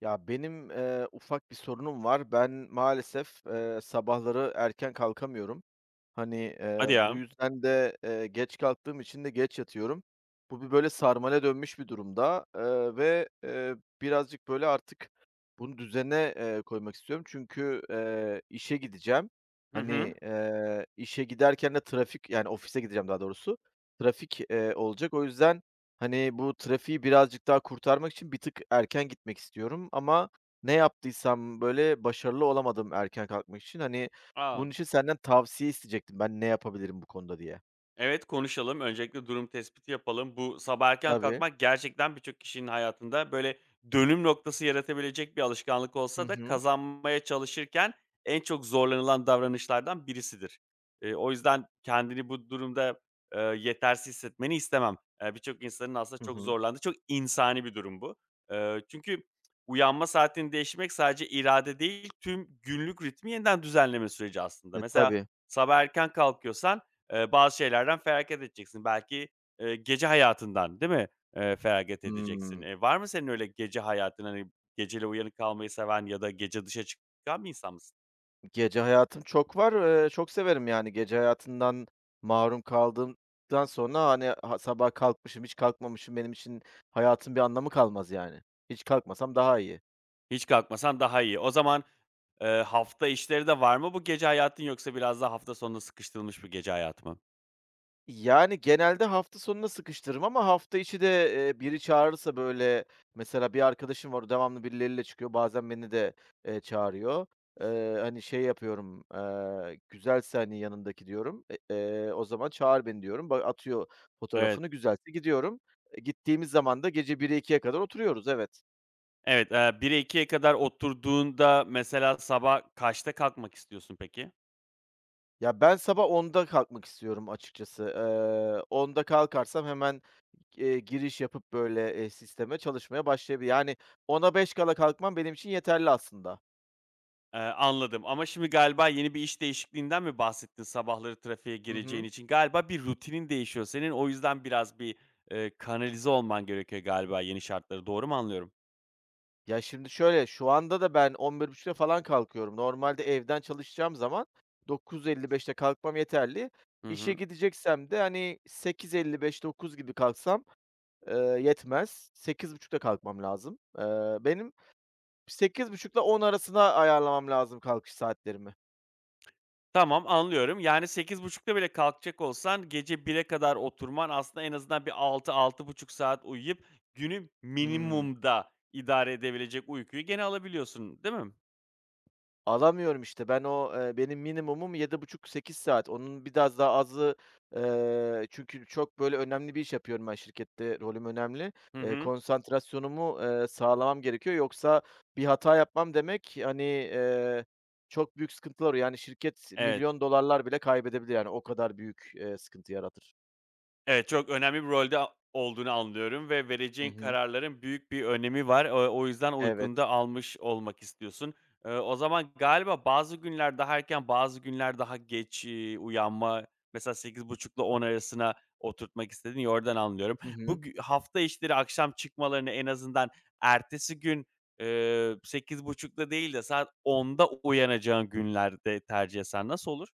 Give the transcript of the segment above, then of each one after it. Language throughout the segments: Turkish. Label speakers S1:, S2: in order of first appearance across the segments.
S1: Ya, benim, ufak bir sorunum var. Ben maalesef, sabahları erken kalkamıyorum. Hani,
S2: Hadi
S1: bu
S2: ya.
S1: yüzden de, geç kalktığım için de geç yatıyorum. Bu bir böyle sarmale dönmüş bir durumda, ve birazcık böyle artık bunu düzene, koymak istiyorum. Çünkü, işe gideceğim.
S2: Hı hı.
S1: Hani, işe giderken de trafik, yani ofise gideceğim daha doğrusu, trafik, olacak. O yüzden, hani, bu trafiği birazcık daha kurtarmak için bir tık erken gitmek istiyorum ama ne yaptıysam, böyle, başarılı olamadım erken kalkmak için. Hani,
S2: A!
S1: bunun için senden tavsiye isteyecektim ben ne yapabilirim bu konuda diye.
S2: Evet, konuşalım. Öncelikle durum tespiti yapalım. Bu sabah erken
S1: Tabii.
S2: kalkmak gerçekten birçok kişinin hayatında böyle dönüm noktası yaratabilecek bir alışkanlık
S1: Hı
S2: olsa da
S1: hı.
S2: kazanmaya çalışırken en çok zorlanılan davranışlardan birisidir. O yüzden kendini bu durumda, yetersiz hissetmeni istemem. Birçok insanın aslında
S1: Hı
S2: çok
S1: hı.
S2: zorlandığı, çok insani bir durum bu. Çünkü uyanma saatini değiştirmek sadece irade değil, tüm günlük ritmi yeniden düzenleme süreci aslında.
S1: E,
S2: Mesela
S1: tabii.
S2: sabah erken kalkıyorsan bazı şeylerden feragat edeceksin. Belki, gece hayatından, değil mi, feragat edeceksin?
S1: Hımm.
S2: Var mı senin öyle gece hayatın, hani, geceli uyanık kalmayı seven ya da gece dışa çıkan bir insan mısın?
S1: Gece hayatım çok var. Çok severim, yani, gece hayatından mahrum kaldığımdan sonra, hani, ha sabah kalkmışım, hiç kalkmamışım, benim için hayatın bir anlamı kalmaz, yani. Hiç kalkmasam daha iyi.
S2: Hiç kalkmasan daha iyi. O zaman, hafta içleri de var mı bu gece hayatın yoksa biraz daha hafta sonuna sıkıştırılmış bir gece hayatı mı?
S1: Yani, genelde hafta sonuna sıkıştırırım ama hafta içi de, biri çağırırsa, böyle, mesela bir arkadaşım var, devamlı birileriyle çıkıyor, bazen beni de, çağırıyor. Hani, şey yapıyorum, "Güzelse, hani, yanındaki" diyorum, "O zaman çağır beni." diyorum. Bak, atıyor
S2: Evet.
S1: fotoğrafını, güzelse gidiyorum. E, gittiğimiz zaman da gece 1'e 2'ye kadar oturuyoruz, evet.
S2: Evet, 1'e 2'ye kadar oturduğunda mesela sabah kaçta kalkmak istiyorsun peki?
S1: Ya, ben sabah 10'da kalkmak istiyorum açıkçası. 10'da kalkarsam hemen, giriş yapıp, böyle, sisteme çalışmaya başlayabil yani ona 5 kala kalkmam benim için yeterli aslında.
S2: Anladım ama şimdi galiba yeni bir iş değişikliğinden mi bahsettin sabahları trafiğe
S1: Hı
S2: gireceğin
S1: hı.
S2: için? Galiba bir rutinin değişiyor senin, o yüzden biraz bir, kanalize olman gerekiyor galiba yeni şartlara. Doğru mu anlıyorum?
S1: Ya, şimdi şöyle, şu anda da ben 11.30'da falan kalkıyorum. Normalde evden çalışacağım zaman 9:55'te kalkmam yeterli.
S2: Hı
S1: İşe
S2: hı.
S1: gideceksem de, hani, sekiz elli beş dokuz gibi kalksam, eee, yetmez. 8:30'da kalkmam lazım. Benim 8:30'la 10 arasına ayarlamam lazım kalkış saatlerimi.
S2: Tamam, anlıyorum. Yani sekiz buçukta bile kalkacak olsan gece 1'e kadar oturman aslında en azından bir altı, altı buçuk saat uyuyup günü
S1: Hımm.
S2: minimumda idare edebilecek uykuyu gene alabiliyorsun, değil mi?
S1: Alamıyorum işte. Ben o, benim minimumum 7,5-8 saat. Onun biraz daha azı, çünkü çok böyle önemli bir iş yapıyorum ben şirkette, rolüm önemli.
S2: Hı hı.
S1: Konsantrasyonumu, sağlamam gerekiyor. Yoksa bir hata yapmam demek, hani, çok büyük sıkıntılar olur. Yani şirket
S2: Evet.
S1: milyon dolarlar bile kaybedebilir yani o kadar büyük, sıkıntı yaratır.
S2: Evet, çok önemli bir rolde olduğunu anlıyorum ve
S1: Hı
S2: vereceğin
S1: hı.
S2: kararların büyük bir önemi var. O yüzden uykunu
S1: Evet.
S2: da almış olmak istiyorsun. O zaman galiba bazı günler daha erken, bazı günler daha geç, uyanma, mesela sekiz buçukla 10 arasına oturtmak istedin ya, oradan anlıyorum.
S1: Hı
S2: Bu
S1: hı.
S2: gü Hafta işleri akşam çıkmalarını en azından ertesi gün, e, 8.30'da değil de saat 10'da uyanacağın günlerde tercih etsen nasıl olur?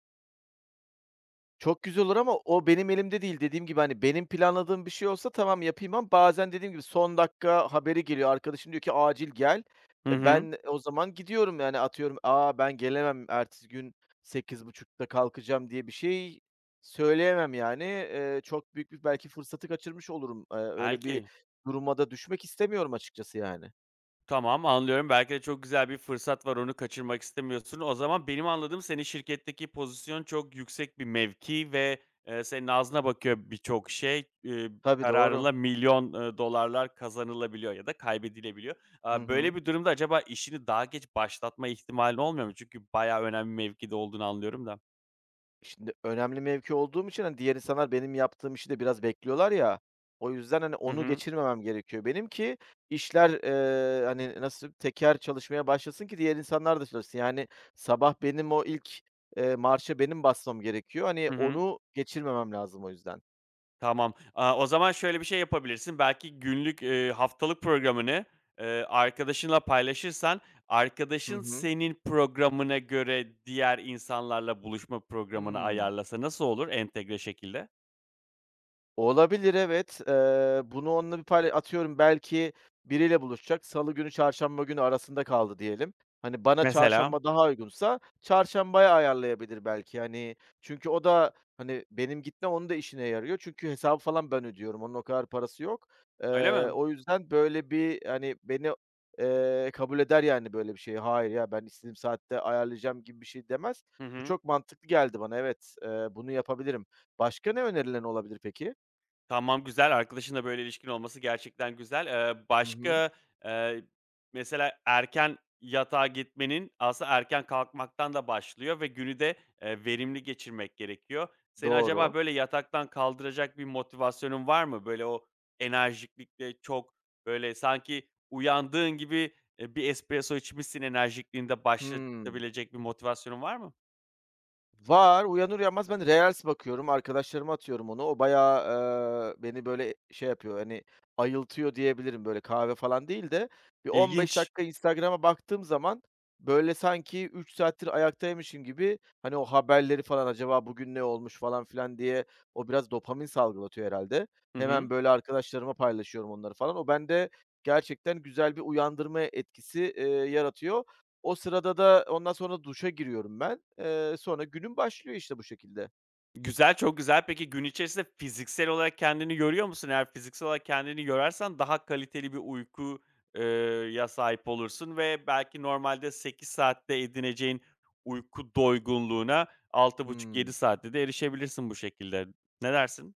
S1: Çok güzel olur ama o benim elimde değil. Dediğim gibi, hani, benim planladığım bir şey olsa tamam yapayım ama bazen dediğim gibi son dakika haberi geliyor. Arkadaşım diyor ki acil gel.
S2: Hı
S1: E,
S2: hı.
S1: ben o zaman gidiyorum yani atıyorum, aa ben gelemem, ertesi gün 8:30'da kalkacağım." diye bir şey söyleyemem yani. Çok büyük bir belki fırsatı kaçırmış olurum. Öyle bir
S2: Belki.
S1: duruma da düşmek istemiyorum açıkçası yani.
S2: Tamam, anlıyorum. Belki de çok güzel bir fırsat var, onu kaçırmak istemiyorsun. O zaman benim anladığım senin şirketteki pozisyon çok yüksek bir mevki ve, senin ağzına bakıyor birçok şey.
S1: Tabii, doğru.
S2: Kararınla milyon, dolarlar kazanılabiliyor ya da kaybedilebiliyor.
S1: Hı
S2: Böyle
S1: hı.
S2: bir durumda acaba işini daha geç başlatma ihtimalin olmuyor mu? Çünkü bayağı önemli bir mevkide olduğunu anlıyorum da.
S1: Şimdi önemli mevki olduğum için, hani, diğer insanlar benim yaptığım işi de biraz bekliyorlar ya. O yüzden, hani,
S2: Hı
S1: onu
S2: hı.
S1: geçirmemem gerekiyor benim ki işler, hani, nasıl teker çalışmaya başlasın ki diğer insanlar da çalışsın. Yani, sabah benim o ilk, marşa benim basmam gerekiyor. Hani,
S2: Hı hı.
S1: onu geçirmemem lazım o yüzden.
S2: Tamam. O zaman şöyle bir şey yapabilirsin. Belki günlük, haftalık programını, arkadaşınla paylaşırsan,
S1: Hı
S2: arkadaşın
S1: hı.
S2: senin programına göre diğer insanlarla buluşma programını
S1: Hıı.
S2: ayarlasa nasıl olur entegre şekilde?
S1: Olabilir, evet. Bunu onunla bir payla atıyorum belki biriyle buluşacak. Salı günü, çarşamba günü arasında kaldı diyelim. Hani bana
S2: Mesela?
S1: çarşamba daha uygunsa çarşambaya ayarlayabilir belki. Hani çünkü o da, hani, benim gitmem onun da işine yarıyor. Çünkü hesabı falan ben ödüyorum. Onun o kadar parası yok.
S2: Öyle mi?
S1: O yüzden böyle bir, hani, beni, kabul eder yani böyle bir şeyi. "Hayır ya, ben istediğim saatte ayarlayacağım." gibi bir şey demez.
S2: Hı
S1: Bu
S2: hı.
S1: çok mantıklı geldi bana. Evet, bunu yapabilirim. Başka ne önerilerin olabilir peki?
S2: Tamam, güzel. Arkadaşınla böyle ilişkin olması gerçekten güzel.
S1: Hı hı.
S2: Başka, eee, mesela erken yatağa gitmenin aslında erken kalkmaktan da başlıyor ve günü de, verimli geçirmek gerekiyor. Seni acaba
S1: Doğru.
S2: böyle yataktan kaldıracak bir motivasyonun var mı? Böyle o enerjiklikle çok böyle sanki uyandığın gibi, bir espresso içmişsin enerjikliğinde
S1: Hımm.
S2: başlatabilecek bir motivasyonun var mı?
S1: Var. Uyanır uyanmaz ben reels bakıyorum. Arkadaşlarıma atıyorum onu. O bayağı, beni böyle şey yapıyor, hani, ayıltıyor diyebilirim. Böyle kahve falan değil de bir 15
S2: İlginç.
S1: dakika Instagram'a baktığım zaman böyle sanki 3 saattir ayaktaymışım gibi, hani, o haberleri falan acaba bugün ne olmuş falan filan diye o biraz dopamin salgılatıyor herhâlde.
S2: Hı hı.
S1: Hemen böyle arkadaşlarıma paylaşıyorum onları falan. O bende gerçekten güzel bir uyandırma etkisi, yaratıyor. O sırada da ondan sonra duşa giriyorum ben. Sonra günüm başlıyor işte bu şekilde.
S2: Güzel, çok güzel. Peki gün içerisinde fiziksel olarak kendini görüyor musun? Eğer fiziksel olarak kendini görersen daha kaliteli bir uyku eee, ya sahip olursun ve belki normalde 8 saatte edineceğin uyku doygunluğuna altı buçuk 7
S1: Hımm.
S2: saatte de erişebilirsin bu şekilde. Ne dersin?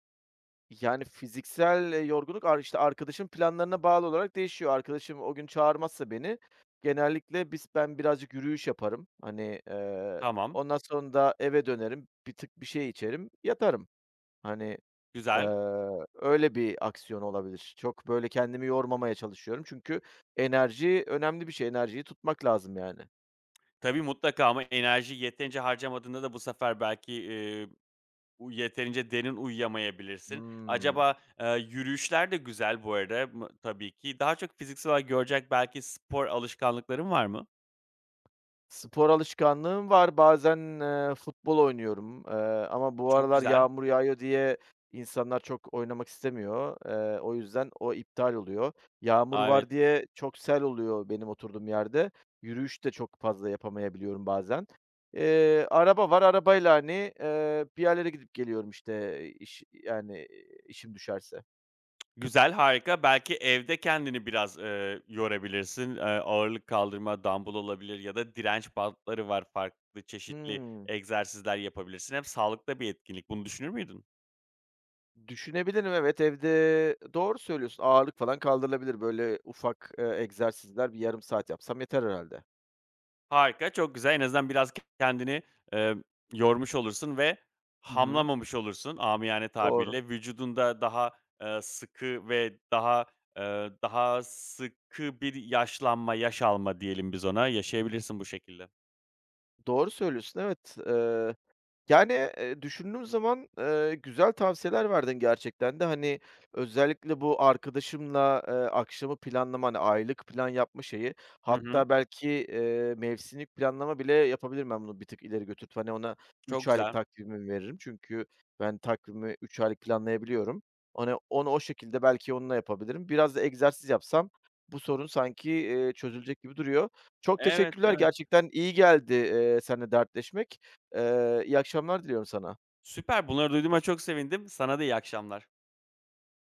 S1: Yani fiziksel, yorgunluk işte, arkadaşın planlarına bağlı olarak değişiyor. Arkadaşım o gün çağırmazsa beni genellikle ben birazcık yürüyüş yaparım. Hani,
S2: Tamam,
S1: ondan sonra da eve dönerim, bir tık bir şey içerim, yatarım. Hani,
S2: güzel.
S1: öyle bir aksiyon olabilir. Çok böyle kendimi yormamaya çalışıyorum çünkü enerji önemli bir şey. Enerjiyi tutmak lazım yani.
S2: Tabii mutlaka ama enerji yeterince harcamadığında da bu sefer belki, U yeterince derin uyuyamayabilirsin.
S1: Hımm.
S2: Acaba, yürüyüşler de güzel bu arada mı tabii ki. Daha çok fiziksel olarak görecek belki spor alışkanlıkların var mı?
S1: Spor alışkanlığım var. Bazen, futbol oynuyorum, ama bu
S2: Çok
S1: aralar
S2: güzel.
S1: yağmur yağıyor diye insanlar çok oynamak istemiyor. O yüzden o iptal oluyor. Yağmur
S2: A,
S1: var
S2: evet.
S1: diye çok sel oluyor benim oturduğum yerde. Yürüyüş de çok fazla yapamayabiliyorum bazen. Araba var. Arabayla, hani, bir yerlere gidip geliyorum, işte, iş yani, işim düşerse.
S2: Güzel, harika. Belki evde kendini biraz, yorabilirsin. Ağırlık kaldırma, dumbbell olabilir ya da direnç bantları var. Farklı çeşitli
S1: Hıı.
S2: egzersizler yapabilirsin. Hep sağlıklı bir etkinlik. Bunu düşünür müydün?
S1: Düşünebilirim, evet. Evde doğru söylüyorsun, ağırlık falan kaldırılabilir. Böyle ufak, egzersizler, bir yarım saat yapsam yeter herhalde.
S2: Harika, çok güzel. En azından biraz kendini, emm, yormuş olursun ve
S1: Hı hı.
S2: hamlamamış olursun amiyane
S1: Doğru.
S2: tabirle. Vücudunda daha, sıkı ve daha sıkı bir yaşlanma, yaş alma diyelim biz ona, yaşayabilirsin bu şekilde.
S1: Doğru söylüyorsun, evet. Yani, düşündüğüm zaman, güzel tavsiyeler verdin gerçekten de. Hani, özellikle bu arkadaşımla, akşamı planlama, hani, aylık plan yapma şeyi,
S2: Hı hı.
S1: hatta belki, mevsimlik planlama bile yapabilirim ben bunu bir tık ileri götürüp. Hani, ona
S2: Çok
S1: 3 aylık
S2: güzel.
S1: takvimimi veririm çünkü ben takvimi 3 aylık planlayabiliyorum. Hani, onu o şekilde belki onunla yapabilirim. Biraz da egzersiz yapsam bu sorun sanki, çözülecek gibi duruyor. Çok
S2: Evet,
S1: teşekkürler,
S2: evet.
S1: gerçekten iyi geldi, seninle dertleşmek. İyi akşamlar diliyorum sana.
S2: Süper. Bunları duyduğuma çok sevindim. Sana da iyi akşamlar.